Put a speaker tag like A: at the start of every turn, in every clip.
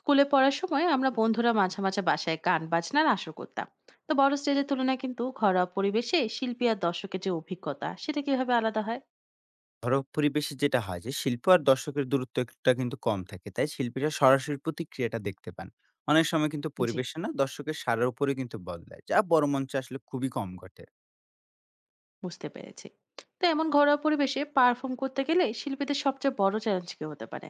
A: স্কুলে পড়ার সময় আমরা বন্ধুরা মাঝে মাঝে বাসায় গান বাজনার আসর করতাম। তো বড় স্টেজের তুলনায় কিন্তু ঘরোয়া পরিবেশে শিল্পী আর দর্শকের যে অভিজ্ঞতা সেটা কিভাবে আলাদা হয়?
B: সড়ক পরিবেশে যেটা হয় যে শিল্প আর দর্শকের দূরত্বটা কিন্তু কম থাকে, তাই শিল্পীরা সরাসরি প্রতিক্রিয়াটা দেখতে পান। অনেক সময় কিন্তু
A: জি,
B: পরিবেশে না দর্শকের সারার উপরে কিন্তু বদলায়, যা বড় মঞ্চে আসলে খুবই কম ঘটে।
A: বুঝতে পেরেছি। তো এমন ঘরোয়া পরিবেশে পারফর্ম করতে গেলে শিল্পীদের সবচেয়ে বড় চ্যালেঞ্জ কি হতে পারে?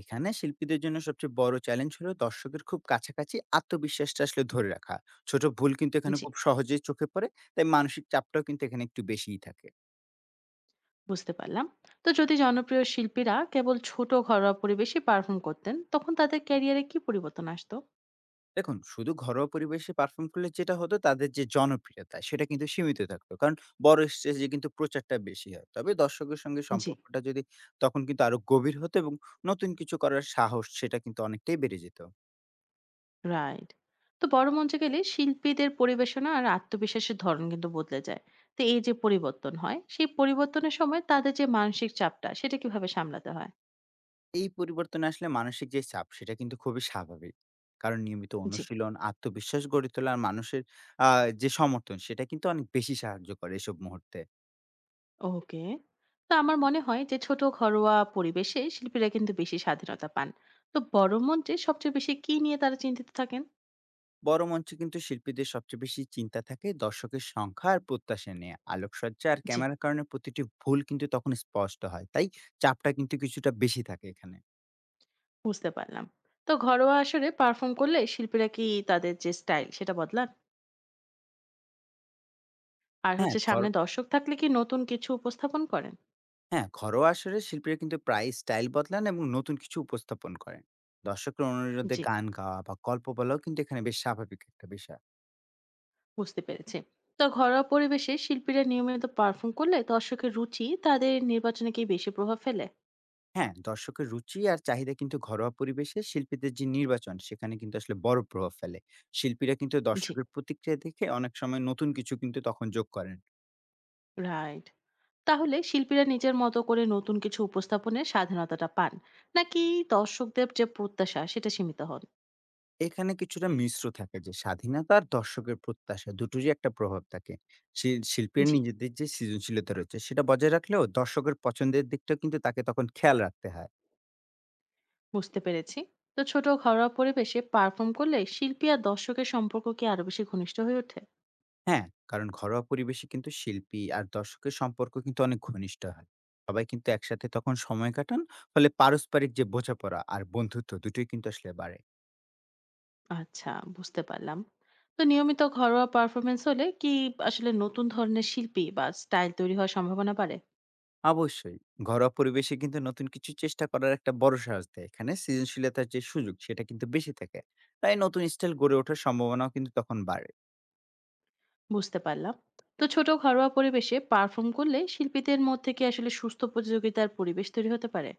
B: এখানে শিল্পীদের জন্য সবচেয়ে বড় চ্যালেঞ্জ হলো দর্শকের খুব কাছাকাছি আত্মবিশ্বাসটা আসলে ধরে রাখা। ছোট ভুল কিন্তু এখানে
A: জি,
B: খুব সহজেই চোখে পড়ে। তাই মানসিক চাপটাও কিন্তু এখানে একটু বেশিই থাকে।
A: বুঝতে পারলাম। তো যদি জনপ্রিয় শিল্পীরা কেবল ছোট ঘরোয়া পরিবেশে পারফর্ম করতেন তখন তাদের ক্যারিয়ারে কি পরিবর্তন আসতো?
B: দেখুন, শুধু ঘরোয়া পরিবেশে পারফর্ম করলে যেটা হতো, তাদের যে জনপ্রিয়তা সেটা কিন্তু সীমিত থাকতো, কারণ বড় স্টেজে কিন্তু প্রচারটা বেশি হয়। তবে দর্শকের সঙ্গে
A: জি।
B: সম্পর্কটা যদি তখন কিন্তু আরো গভীর হতো, এবং নতুন কিছু করার সাহস সেটা কিন্তু অনেকটাই বেড়ে যেত।
A: রাইট। তো বড় মঞ্চে গেলে শিল্পীদের পরিবেশনা আর আত্মবিশ্বাসের ধরন কিন্তু বদলে যায়। তো এই যে পরিবর্তন হয় সেই পরিবর্তনের সময় তাদের যে মানসিক চাপটা সেটা কিভাবে সামলাতে হয়?
B: এই পরিবর্তন আসলে মানসিক যে চাপ সেটা কিন্তু খুবই স্বাভাবিক। কারণ নিয়মিত
A: জি।
B: অনুশীলন আত্মবিশ্বাস গড়ে তোলার মানুষের যে সমর্থন সেটা কিন্তু অনেক বেশি সাহায্য করে এসব মুহূর্তে।
A: ওকে। তো আমার মনে হয় যে ছোট ঘরোয়া পরিবেশে শিল্পীরা কিন্তু বেশি স্বাধীনতা পান। তো বড় মঞ্চে সবচেয়ে বেশি কি নিয়ে তারা চিন্তিত থাকেন?
B: বড় মঞ্চে কিন্তু শিল্পীদের সবচেয়ে বেশি চিন্তা থাকে দর্শকের সংখ্যা আর প্রত্যাশা নিয়ে। আলোকসজ্জা আর
A: জি,
B: ক্যামেরার কারণে প্রতিটি ভুল কিন্তু তখন স্পষ্ট হয়, তাই চাপটা কিন্তু কিছুটা বেশি থাকে এখানে।
A: বুঝতে পারলাম। তো ঘরোয়া আসরে পারফর্ম করলে শিল্পীরা কি তাদের যে স্টাইল সেটা বদলান? আর
B: হ্যাঁ
A: হচ্ছে
B: ঘর
A: সামনে দর্শক থাকলে কি নতুন কিছু উপস্থাপন করেন?
B: হ্যাঁ, ঘরোয়া আসরে শিল্পীরা কিন্তু প্রায় স্টাইল বদলান এবং নতুন কিছু উপস্থাপন করেন। দর্শকের অনুরোধে
A: জি,
B: গান গাওয়া বা গল্প বলাও কিন্তু এখানে বেশ স্বাভাবিক একটা বিষয়।
A: বুঝতে পেরেছি। তো ঘরোয়া পরিবেশে শিল্পীরা নিয়মিত পারফর্ম করলে দর্শকের রুচি তাদের নির্বাচনে কি বেশি প্রভাব ফেলে?
B: হ্যাঁ, দর্শকের রুচি আর চাহিদা কিন্তু ঘরোয়া পরিবেশে শিল্পীদের যে নির্বাচন, সেখানে কিন্তু আসলে বড় প্রভাব ফেলে। শিল্পীরা কিন্তু
A: জি।
B: দর্শকের প্রতিক্রিয়া দেখে অনেক সময় নতুন কিছু কিন্তু তখন যোগ করেন।
A: রাইট। তাহলে শিল্পীরা নিজের মতো করে নতুন কিছু উপস্থাপনের স্বাধীনতাটা পান, নাকি দর্শকদের যে প্রত্যাশা সেটা সীমিত হন?
B: এখানে কিছুটা মিশ্র থাকে, যে স্বাধীনতা আর দর্শকের প্রত্যাশা দুটোরই একটা প্রভাব থাকে। শিল্পীর
A: জি,
B: নিজেদের যে সৃজনশীলতা রয়েছে সেটা বজায় রাখলেও দর্শকের পছন্দের দিকটাও কিন্তু তাকে তখন খেয়াল রাখতে হয়।
A: বুঝতে পেরেছি। তো ছোট ঘরোয়া পরিবেশে পারফর্ম করলে শিল্পী আর দর্শকের সম্পর্ক কি আরো বেশি ঘনিষ্ঠ হয়ে ওঠে?
B: হ্যাঁ, কারণ ঘরোয়া পরিবেশে কিন্তু শিল্পী আর দর্শকের সম্পর্ক কিন্তু অনেক ঘনিষ্ঠ হয়। সবাই কিন্তু একসাথে তখন সময় কাটান। ফলে পারস্পরিক যে বোঝাপড়া আর বন্ধুত্ব দুটোই কিন্তু আসলে বাড়ে।
A: আচ্ছা, বুঝতে পারলাম। তো নিয়মিত ঘরোয়া পারফরমেন্স হলে কি আসলে নতুন ধরনের শিল্পী বা স্টাইল তৈরি হওয়ার সম্ভাবনা বাড়ে?
B: অবশ্যই। ঘরোয়া পরিবেশে কিন্তু নতুন কিছু চেষ্টা করার একটা বড় সাহস দেয়। এখানে সৃজনশীলতার যে সুযোগ সেটা কিন্তু বেশি থাকে। তাই নতুন স্টাইল গড়ে ওঠার সম্ভাবনাও কিন্তু তখন বাড়ে।
A: বুঝতে পারলাম। তো ছোট ঘরোয়া পরিবেশে পারফর্ম করলে শিল্পীদের মধ্যে কি আসলে সুস্থ প্রতিযোগিতার পরিবেশ তৈরি হতে পারে?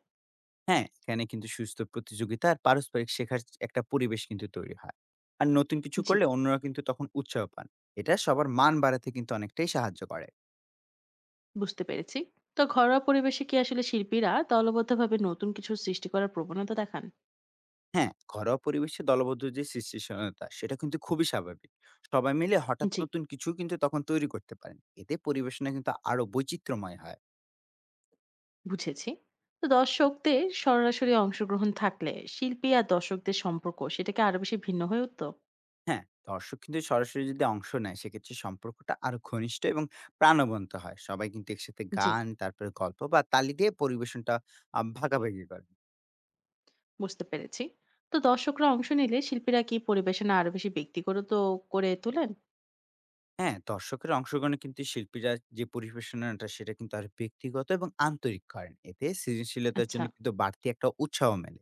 B: হ্যাঁ, এখানে কিন্তু সুস্থ প্রতিযোগিতা আর পারস্পরিক শেখার একটা পরিবেশ কিন্তু তৈরি হয়। আর নতুন কিছু
A: জি,
B: করলে অন্যরা কিন্তু তখন উৎসাহ পান। এটা সবার মান বাড়াতে কিন্তু অনেকটাই সাহায্য করে।
A: বুঝতে পেরেছি। তো ঘরোয়া পরিবেশে কি আসলে শিল্পীরা দলবদ্ধভাবে নতুন কিছু সৃষ্টি করার প্রবণতা দেখান?
B: হ্যাঁ, ঘরোয়া পরিবেশে দলবদ্ধ যে সৃষ্টিশীলতা সেটা কিন্তু খুবই স্বাভাবিক। সবাই মিলে হঠাৎ
A: জি,
B: নতুন কিছু কিন্তু তখন তৈরি করতে পারেন। এতে পরিবেশনা কিন্তু আরো বৈচিত্র্যময় হয়।
A: বুঝেছি। তো দর্শকদের সরাসরি অংশগ্রহণ থাকলে শিল্পী আর দর্শকদের সম্পর্ক সেটাকে আরো বেশি ভিন্ন হয়ে উঠতো?
B: হ্যাঁ, দর্শক কিন্তু সরাসরি যদি অংশ নেয় সেক্ষেত্রে সম্পর্কটা আরো ঘনিষ্ঠ এবং প্রাণবন্ত হয়। সবাই কিন্তু একসাথে
A: জি,
B: গান, তারপরে গল্প বা তালি দিয়ে পরিবেশনটা ভাগাভাগি করেন।
A: বুঝতে পেরেছি। তো দর্শকরা অংশ নিলে শিল্পীরা কি পরিবেশনা আরো বেশি ব্যক্তিগত করে তোলেন?
B: হ্যাঁ, দর্শকের অংশগ্রহণে কিন্তু শিল্পীরা যে পরিবেশনাটা সেটা কিন্তু আরো ব্যক্তিগত এবং আন্তরিক করেন। এতে সৃজনশীলতার
A: আচ্ছা,
B: জন্য কিন্তু বাড়তি একটা উৎসাহ মেলে।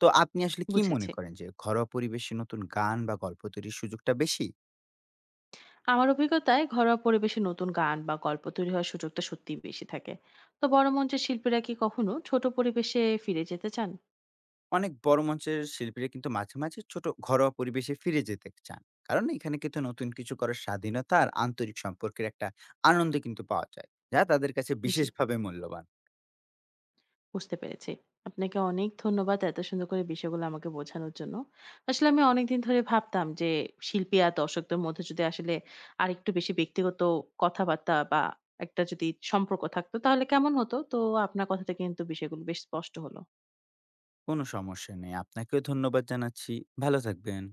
B: তো আপনি আসলে কি মনে
A: বুঝেছি।
B: করেন যে ঘরোয়া পরিবেশে নতুন গান বা গল্প তৈরির সুযোগটা বেশি?
A: আমার অভিজ্ঞতায় ঘরোয়া পরিবেশে নতুন গান বা গল্প তৈরি হওয়ার সুযোগটা সত্যিই বেশি থাকে। তো বড় মঞ্চের শিল্পীরা কি কখনো ছোট পরিবেশে ফিরে যেতে চান?
B: অনেক বড় মঞ্চের শিল্পীরা কিন্তু মাঝে মাঝে ছোট ঘরোয়া পরিবেশে ফিরে যেতে চান, কারণ এখানে কিন্তু নতুন কিছু করার স্বাধীনতা আর আন্তরিক সম্পর্কের একটা আনন্দ কিন্তু পাওয়া যায়, যা তাদের কাছে
A: জি,
B: বিশেষভাবে মূল্যবান।
A: বুঝতে পেরেছি। আপনাকে অনেক ধন্যবাদ এত সুন্দর করে বিষয়গুলো আমাকে বোঝানোর জন্য। আসলে আমি অনেকদিন ধরে ভাবতাম যে শিল্পী আর দর্শকদের মধ্যে যদি আসলে আর একটু বেশি ব্যক্তিগত কথাবার্তা বা একটা যদি সম্পর্ক থাকতো তাহলে কেমন হতো। তো আপনার কথাটা কিন্তু বিষয়গুলো বেশ স্পষ্ট হলো।
B: কোনো সমস্যা নেই, আপনাকেও ধন্যবাদ জানাচ্ছি। ভালো থাকবেন।